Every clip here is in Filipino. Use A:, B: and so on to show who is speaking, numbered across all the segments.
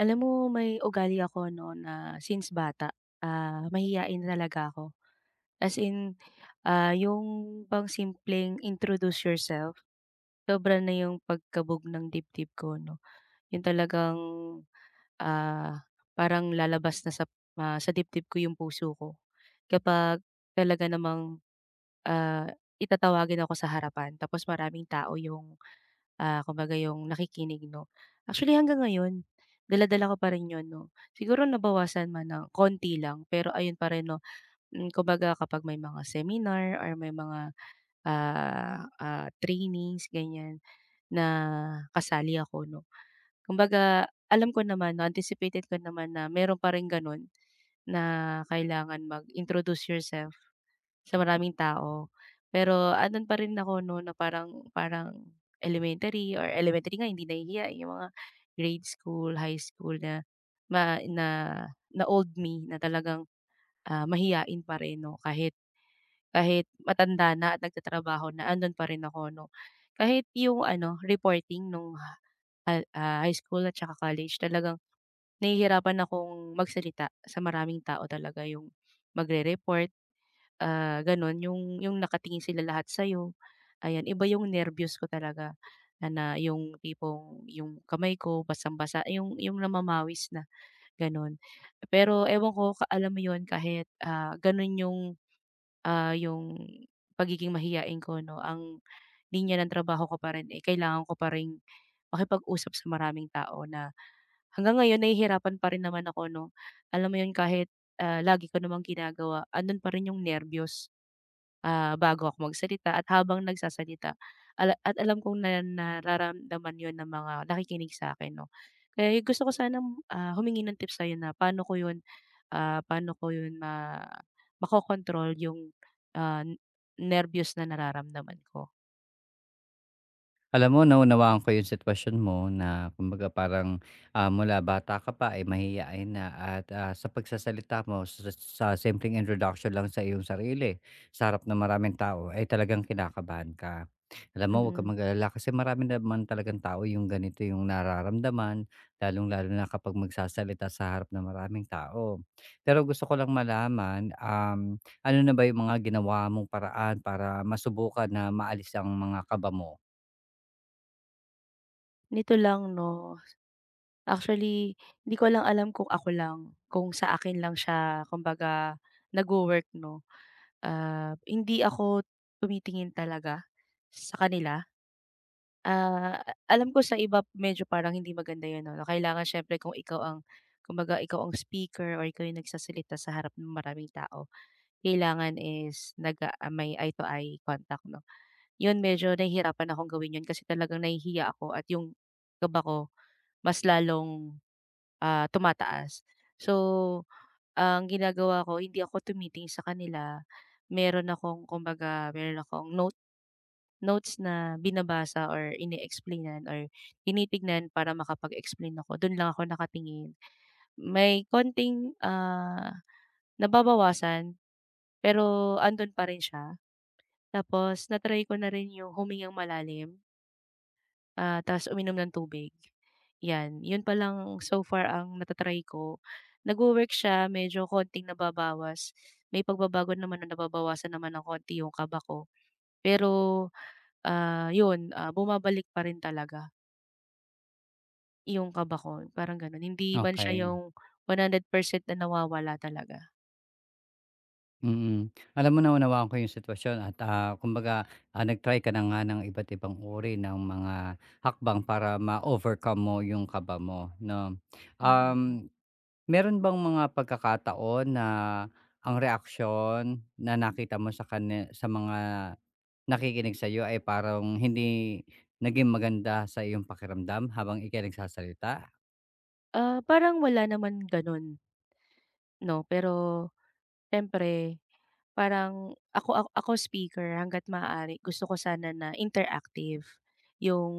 A: Alam mo may ugali ako 'no na since bata, mahiyain talaga ako. As in, yung pang simpleng introduce yourself, sobra na yung pagkabog ng dibdib ko 'no. Yun talagang, ah, parang lalabas na sa dibdib ko yung puso ko kapag talaga namang, ah, itatawagin ako sa harapan tapos maraming tao yung kumbaga yung nakikinig 'no. Actually hanggang ngayon, dala-dala ko pa rin 'yun 'no. Siguro nabawasan man ng konti lang, pero ayun pa rin 'no, kumbaga kapag may mga seminar or may mga, trainings ganiyan na kasali ako 'no. Kumbaga alam ko naman, no anticipated ko naman na meron pa ring gano'n na kailangan mag-introduce yourself. Sa maraming tao. Pero andun pa rin ako 'no na parang parang elementary or elementary nga hindi nahihiya, eh, yung mga grade school, high school na ma na na old me na talagang, mahiyain pa rin 'no kahit kahit matanda na at nagtatrabaho na andun pa rin ako 'no. Kahit yung ano reporting nung high school at tsaka college talagang nahihirapan akong magsalita sa maraming tao talaga yung magre-report gano'n yung nakatingin sila lahat sa'yo, ayan. Iba yung nerbiyos ko talaga na na yung tipong yung kamay ko basang-basa, yung namamawis na gano'n. Pero ewan ko ka alam mo yun kahit, gano'n yung pagiging mahiyain ko 'no, ang linya ng trabaho ko pa rin, eh, kailangan ko pa ring makipag-usap sa maraming tao na hanggang ngayon nahihirapan pa rin naman ako 'no. Alam mo yun kahit, lagi ko namang ginagawa, andun pa rin yung nerbiyos bago ako magsalita at habang nagsasalita at alam kong na nararamdaman yon ng mga nakikinig sa akin, 'no. Kaya yung gusto ko sanang, humingi ng tips sa'yo na paano ko 'yun makokontrol yung, ah, nerbiyos na nararamdaman ko.
B: Alam mo, naunawaan ko yung sitwasyon mo na kumbaga parang mula bata ka pa ay mahihain na at sa pagsasalita mo, sa simpleng introduction lang sa iyong sarili, sa harap ng maraming tao, ay talagang kinakabahan ka. Alam mo, huwag kang
A: Mm,
B: mag-alala kasi marami naman talagang tao yung ganito yung nararamdaman, lalong-lalo na kapag magsasalita sa harap ng maraming tao. Pero gusto ko lang malaman, ano na ba yung mga ginawa mong paraan para masubukan na maalis ang mga kaba mo?
A: Nito lang 'no, actually hindi ko lang alam kung sa akin lang siya kumbaga nagwo-work 'no. Hindi ako tumitingin talaga sa kanila. Ah, Alam ko sa iba medyo parang hindi maganda 'yun 'no, kailangan siyempre kung ikaw ang kumbaga ikaw ang speaker or ikaw yung nagsasalita sa harap ng maraming tao, kailangan may eye to eye contact 'no. 'Yun medyo nahihirapan akong gawin 'yun kasi talagang nahihiya ako at yung kaba ko mas lalong, tumataas. So, ang ginagawa ko hindi ako tumitingin sa kanila, meron akong kumbaga meron akong notes na binabasa or ine-explainan or tinitignan para makapag-explain ako, dun lang ako nakatingin. May konting, nababawasan pero andun pa rin siya. Tapos na-try ko na rin yung humingang malalim, ta's uminom ng tubig, 'yan. Yun pa lang so far ang nata-try ko. Nagwo-work siya, medyo konting nababawas. May pagbabago naman na nababawasan naman ng konti yung kaba ko. Pero, yun, bumabalik pa rin talaga. Yung kaba ko parang gano'n, hindi man siya
B: Okey.
A: yung 100% na nawawala talaga.
B: Mm. Alam mo, naunawaan ko yung sitwasyon at, kumbaga, nag-try ka na nga ng iba't ibang uri ng mga hakbang para ma-overcome mo yung kaba mo 'no.
A: Mm.
B: Um, Meron bang mga pagkakataon na ang reaksyon na nakita mo sa kani sa mga nakikinig sa'yo ay parang hindi naging maganda sa iyong pakiramdam habang ika'y nagsasalita?
A: Parang wala naman gano'n 'no, pero siyempre parang ako ako speaker hangga't maaari gusto ko sana na interactive yung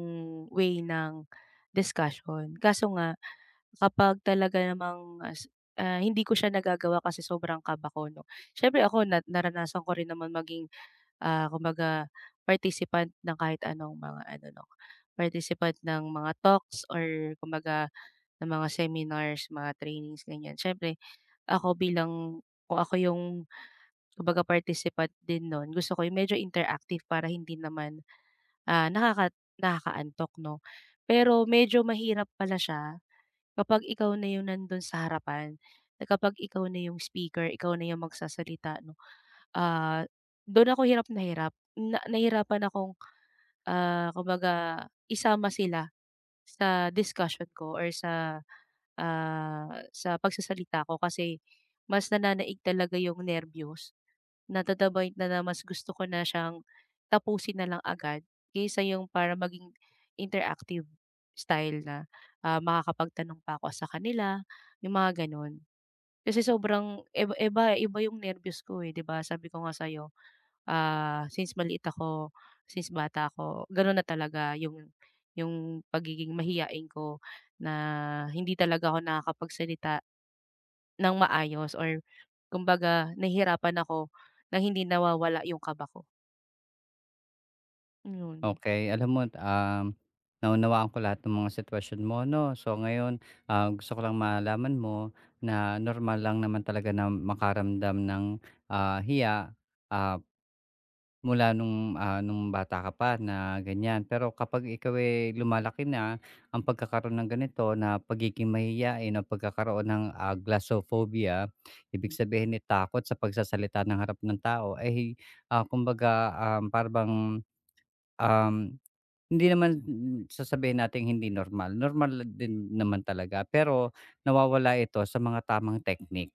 A: way ng discussion. Kaso nga kapag talaga namang hindi ko siya nagagawa kasi sobrang kaba ko 'no. Siyempre ako na naranasan ko rin naman maging kumbaga participant ng kahit anong mga ano 'no, participant ng mga talks or kumbaga ng mga seminars, mga trainings, ganyan. Siyempre ako bilang kung ako yung kumbaga participant din nun, gusto ko yung medyo interactive para hindi naman, ah, nakaka nakakaantok 'no. Pero medyo mahirap pala siya. Kapag ikaw na yung nandun sa harapan, na kapag ikaw na yung speaker, ikaw na yung magsasalita 'no, ah, dun ako hirap. Na nahirapan akong, kumbaga isama sila sa discussion ko or ah, sa pagsasalita ko kasi mas nananaig talaga yung nerbiyos. Na to the point na mas gusto ko na siyang tapusin na lang agad kaysa yung para maging interactive style na, makakapagtanong pa ako sa kanila, yung mga gano'n. Kasi sobrang iba iba yung nerbiyos ko, eh, 'di ba sabi ko nga sa'yo since maliit ako, since bata ako, gano'n na talaga yung pagiging mahiyain ko na hindi talaga ako nakakapagsalita ng maayos or kumbaga nahihirapan ako na hindi nawawala yung kaba ko, yun.
B: Okay. Alam mo, naunawaan ko lahat ng mga sitwasyon mo 'no. So ngayon, gusto ko lang malaman mo na normal lang naman talaga na makaramdam ng, hiya, ah, mula nung bata ka pa na ganyan. Pero kapag ikaw ay lumalaki na, ang pagkakaroon ng ganito na pagiging mahiyain o pagkakaroon ng, glossophobia, ibig sabihin, eh, takot sa pagsasalita ng harap ng tao, eh, kumbaga, para um hindi naman, sasabihin nating hindi normal, normal din naman talaga, pero nawawala ito sa mga tamang teknik.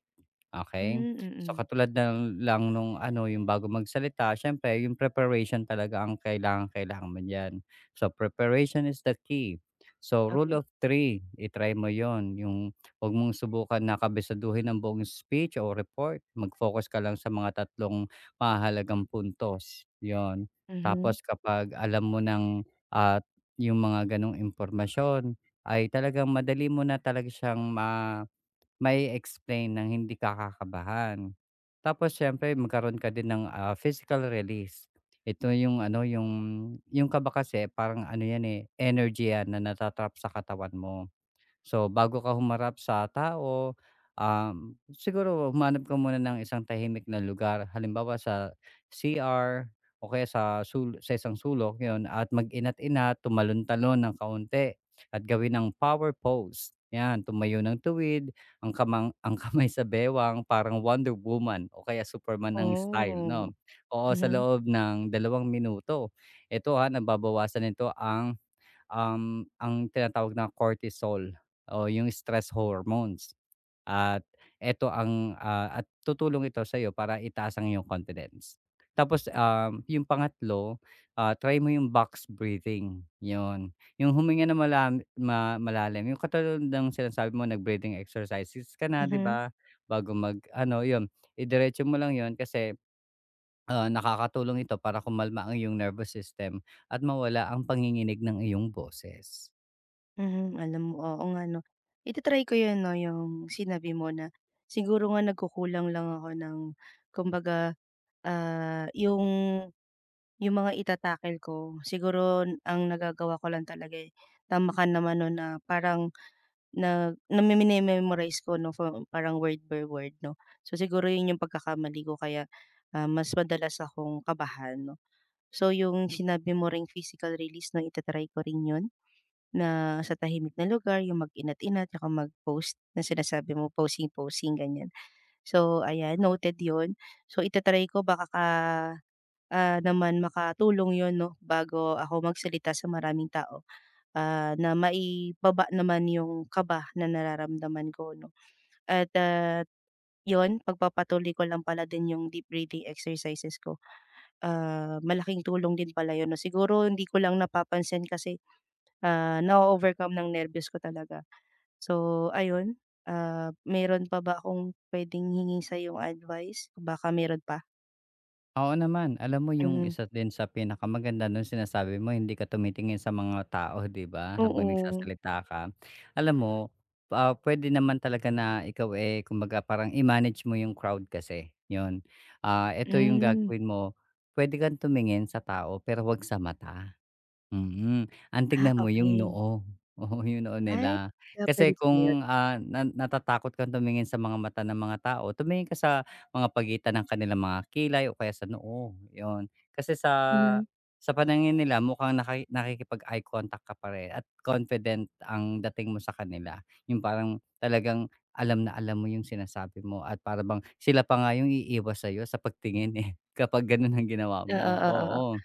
B: Okay.
A: Hmm,
B: So,
A: mm.
B: katulad na lang nung ano, yung bago magsalita siyempre yung preparation talaga ang kailangang-kailangan mo diyan. So, preparation is the key. So, rule
A: Okey.
B: of three, i-try mo yun, yung 'wag mong subukan na kabisaduhin ang buong speech o report, mag-focus ka lang sa mga tatlong mahalagang puntos, yon.
A: Mhm.
B: Tapos kapag alam mo ng, at yung mga gano'ng impormasyon ay talagang madali mo na talaga siyang may explain ng hindi ka kakabahan. Tapos siyempre magkaroon ka din ng, physical release. Ito yung ano, yung kaba kasi parang ano yan, eh, energy yan na sa katawan mo. So, bago ka humarap sa tao, um, siguro humanap ka muna ng isang tahimik na lugar. Halimbawa sa CR o kaya sa isang sulok, yon, at mag-inat-inat, tumalon-talon ng kaunti at gawin ng power pose. Yan, tumayo ng tuwid, ang, kamang, ang kamay sa bewang, parang Wonder Woman o kaya Superman ang style, no?
A: Oh,
B: Oo, sa
A: mhm,
B: loob ng 2 minuto. Ito ha, nababawasan nito ang, ang tinatawag na cortisol o yung stress hormones, at eto ang, at tutulong ito sa sa'yo para itaas ang iyong confidence. Tapos, yung pangatlo, try mo yung box breathing, yon. Yung huminga na malam ma malalim, yung katulad ng sinasabi mo, nag-breathing exercises ka na, 'di
A: mhm,
B: ba? Bago mag-ano, yun, idiretso mo lang yon kasi, nakakatulong ito para kumalma ang iyong nervous system at mawala ang panginginig ng iyong boses.
A: mhm. Alam mo oo nga 'no. Ita-try ko yun 'no, yung sinabi mo na siguro nga nagkukulang lang ako ng kumbaga Ah, yung yung mga itatakil ko siguro ang nagagawa ko lang talaga, eh, tama ka naman 'no na parang namimini-memorize ko 'no for parang word by word 'no. So, siguro yun yung pagkakamali ko kaya, mas madalas akong kabahan 'no. So, yung sinabi mo ring physical release 'no ita ko rin yun na sa tahimik na lugar yung mag-inat-inat tsaka mag-pose na sinasabi mo posing-posing ganyan. So, ayan noted yun. So, ita ko baka naman makatulong yon 'no, bago ako magsalita sa maraming tao, na maibaba naman yung kaba na nararamdaman ko 'no. At, 'yun pagpapatuloy ko lang pala din yung deep breathing exercises ko, malaking tulong din pala 'yun 'no. Siguro hindi ko lang napapansin kasi, na overcome ng nervous ko talaga. So ayun, meron pa ba akong puwedeng hingin sa yung advice? Baka meron pa?
B: Oo naman. Alam mo, yung
A: Mm,
B: isa din sa pinakamaganda nun, sinasabi mo hindi ka tumitingin sa mga tao, 'di ba, habang
A: oo.
B: nagsasalita ka. Alam mo, puwede naman talaga na ikaw, eh, kumbaga parang i-manage mo yung crowd kasi, yun. Ah, eto yung
A: Hmm.
B: gagawin mo, pwede kang tumingin sa tao pero 'wag sa mata. Mm, ang
A: Ah,
B: tignan mo yung
A: okey.
B: noo, oo, yung noo
A: Ay,
B: nila.
A: kaya puwede
B: Kasi
A: pala yun.
B: kung, na natatakot kang tumingin sa mga mata ng mga tao, tumingin ka sa mga pagitan ng kanilang mga kilay o kaya sa noo, yun. Kasi sa
A: Mhm.
B: sa paningin nila mukhang nakikipag-eye contact ka pa rin at confident ang dating mo sa kanila. Yung parang talagang alam na alam mo yung sinasabi mo at para bang sila pa nga yung iiwas sa'yo sa pagtingin, eh, kapag ganun ang ginawa
A: Oo,
B: mo,
A: oo, oo.
B: oo.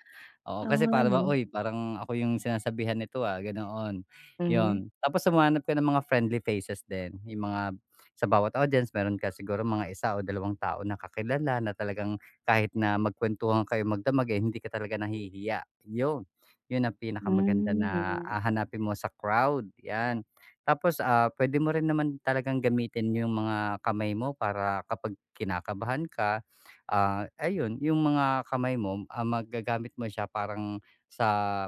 B: Oo,
A: Oo
B: kasi
A: nga
B: para
A: 'no.
B: ba, "Uy, parang ako yung sinasabihan nito, ah," ganoon,
A: Mhm.
B: yun. Tapos sumanap ka ng mga friendly faces din, yung mga sa bawat audience meron ka siguro mga isa o dalawang tao na kakilala na talagang kahit na magkwentuhan kayo magdamag, eh, hindi ka talaga nahihiya, yun. Yun ang pinakamaganda
A: Hmm,
B: na,
A: mm.
B: hanapin mo sa crowd, yan. Tapos, pwede mo rin naman talagang gamitin yung mga kamay mo para kapag kinakabahan ka. Ayun yung mga kamay mo, magagamit mo siya parang sa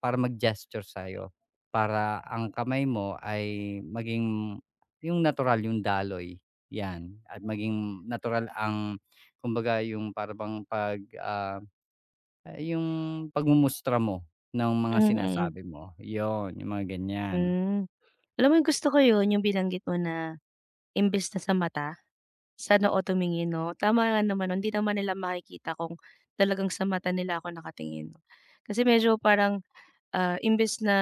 B: para mag-gesture sa'yo, para ang kamay mo ay maging yung natural yung daloy, 'yan. At maging natural ang, kumbaga, yung parang 'pag, eh, yung pagmumustra mo ng mga
A: Hmm, mm.
B: sinasabi mo, yon yung mga ganiyan.
A: Hmm. Alam mo yung gusto ko yun, yung binanggit mo na imbes na sa mata, sa noo tumingin 'no. Tama nga naman 'no, hindi naman nila makikita kung talagang sa mata nila ako nakatingin 'no. Kasi medyo parang, imbes na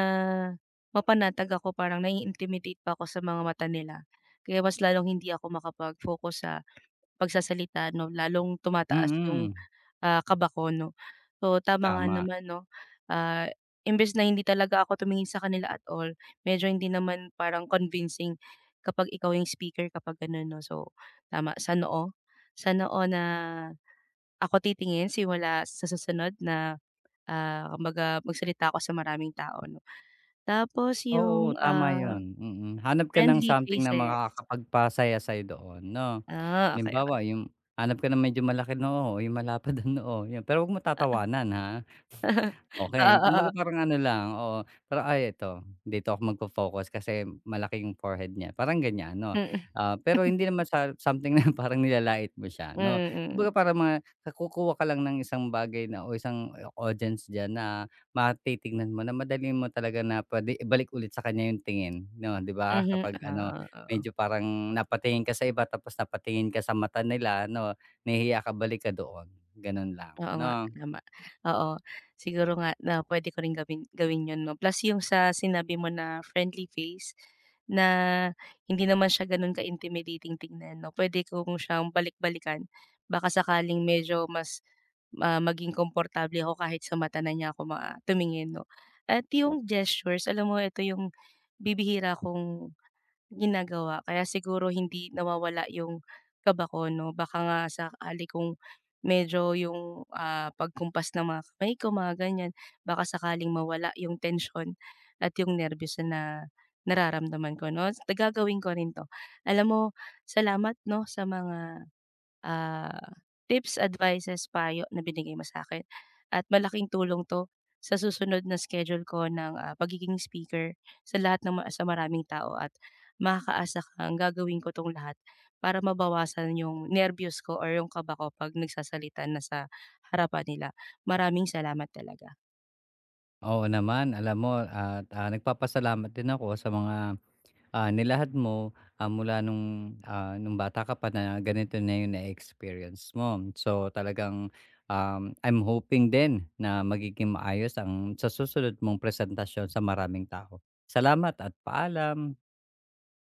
A: mapanatag ako, parang nai-intimidate pa ako sa mga mata nila. Kaya mas lalong hindi ako makapag-focus sa pagsasalita 'no, lalong tumataas yung,
B: Mm,
A: kaba ko 'no. So, tama nga
B: tama.
A: naman 'no, ah, imbes na hindi talaga ako tumingin sa kanila at all, medyo hindi naman parang convincing kapag ikaw yung speaker kapag gano'n 'no. So, tama sa noo na ako titingin simula sa susunod na, kumbaga magsalita ako sa maraming tao 'no. Tapos
B: Oo,
A: yung,
B: tama 'yun. Mm. Hanap ka ng
A: friendly
B: something na
A: faces.
B: makakapagpasaya sa'yo doon, 'no?
A: Ah, okey, okey.
B: Halimbawa, yung hanap ka ng medyo malaki noo, yung malapad ang noo, 'yan. Pero 'wag mo tatawanan, ha?
A: Oo,
B: Okey, kumbaga
A: oo.
B: parang ano lang, oo, parang, "Ay eto, dito ako magfo-focus kasi malaki yung forehead niya." Parang ganyan 'no.
A: Mm,
B: Pero hindi naman sa something na parang nilalait mo siya
A: mm,
B: 'no.
A: mm,
B: Kumbaga
A: mm.
B: parang mga kukuha ka lang ng isang bagay na o isang, eh, audience diyan na matitignan mo na madali mo talaga na puwede ibalik ulit sa kanya yung tingin 'no, 'di ba?
A: Mhm,
B: Kapag ano,
A: oo, oo.
B: medyo parang napatingin ka sa iba, tapos napatingin ka sa mata nila 'no, nahihiya ka, balik ka doon, gano'n lang
A: Oo nga,
B: 'no.
A: tama. Oo, siguro nga na puwede ko rin gawin gawin 'yun 'no. Plus yung sa sinabi mo na friendly face, na hindi naman siya gano'n ka-intimidating tingnan 'no, puwede kong siyang balik-balikan. Baka sakaling medyo mas, maging komportable ako kahit sa mata na niya ako tumingin 'no. At yung gestures, alam mo ito yung bibihira kong ginagawa kaya siguro hindi nawawala yung kaba ko 'no, baka nga sakali kung medyo yung, pagkumpas ng mga kamay ko mga ganyan, baka sakaling mawala yung tension at yung nerbiyos na nararamdaman ko 'no. Gagawin ko rin 'to. Alam mo salamat 'no sa mga ah, tips, advices, payo na binigay mo sa'kin at malaking tulong 'to sa susunod na schedule ko ng, pagiging speaker sa lahat ng sa maraming tao at makakaasa kang gagawin ko 'tong lahat para mabawasan yung nerbiyos ko or yung kaba ko 'pag nagsasalita na sa harapan nila. Maraming salamat talaga.
B: Oo naman, alam mo, at, nagpapasalamat din ako sa mga, nilahad mo, mula nung bata ka pa na ganito na yung na-experience mo. So talagang, I'm hoping din na magiging maayos ang sa susunod mong presentasyon sa maraming tao. Salamat at paalam.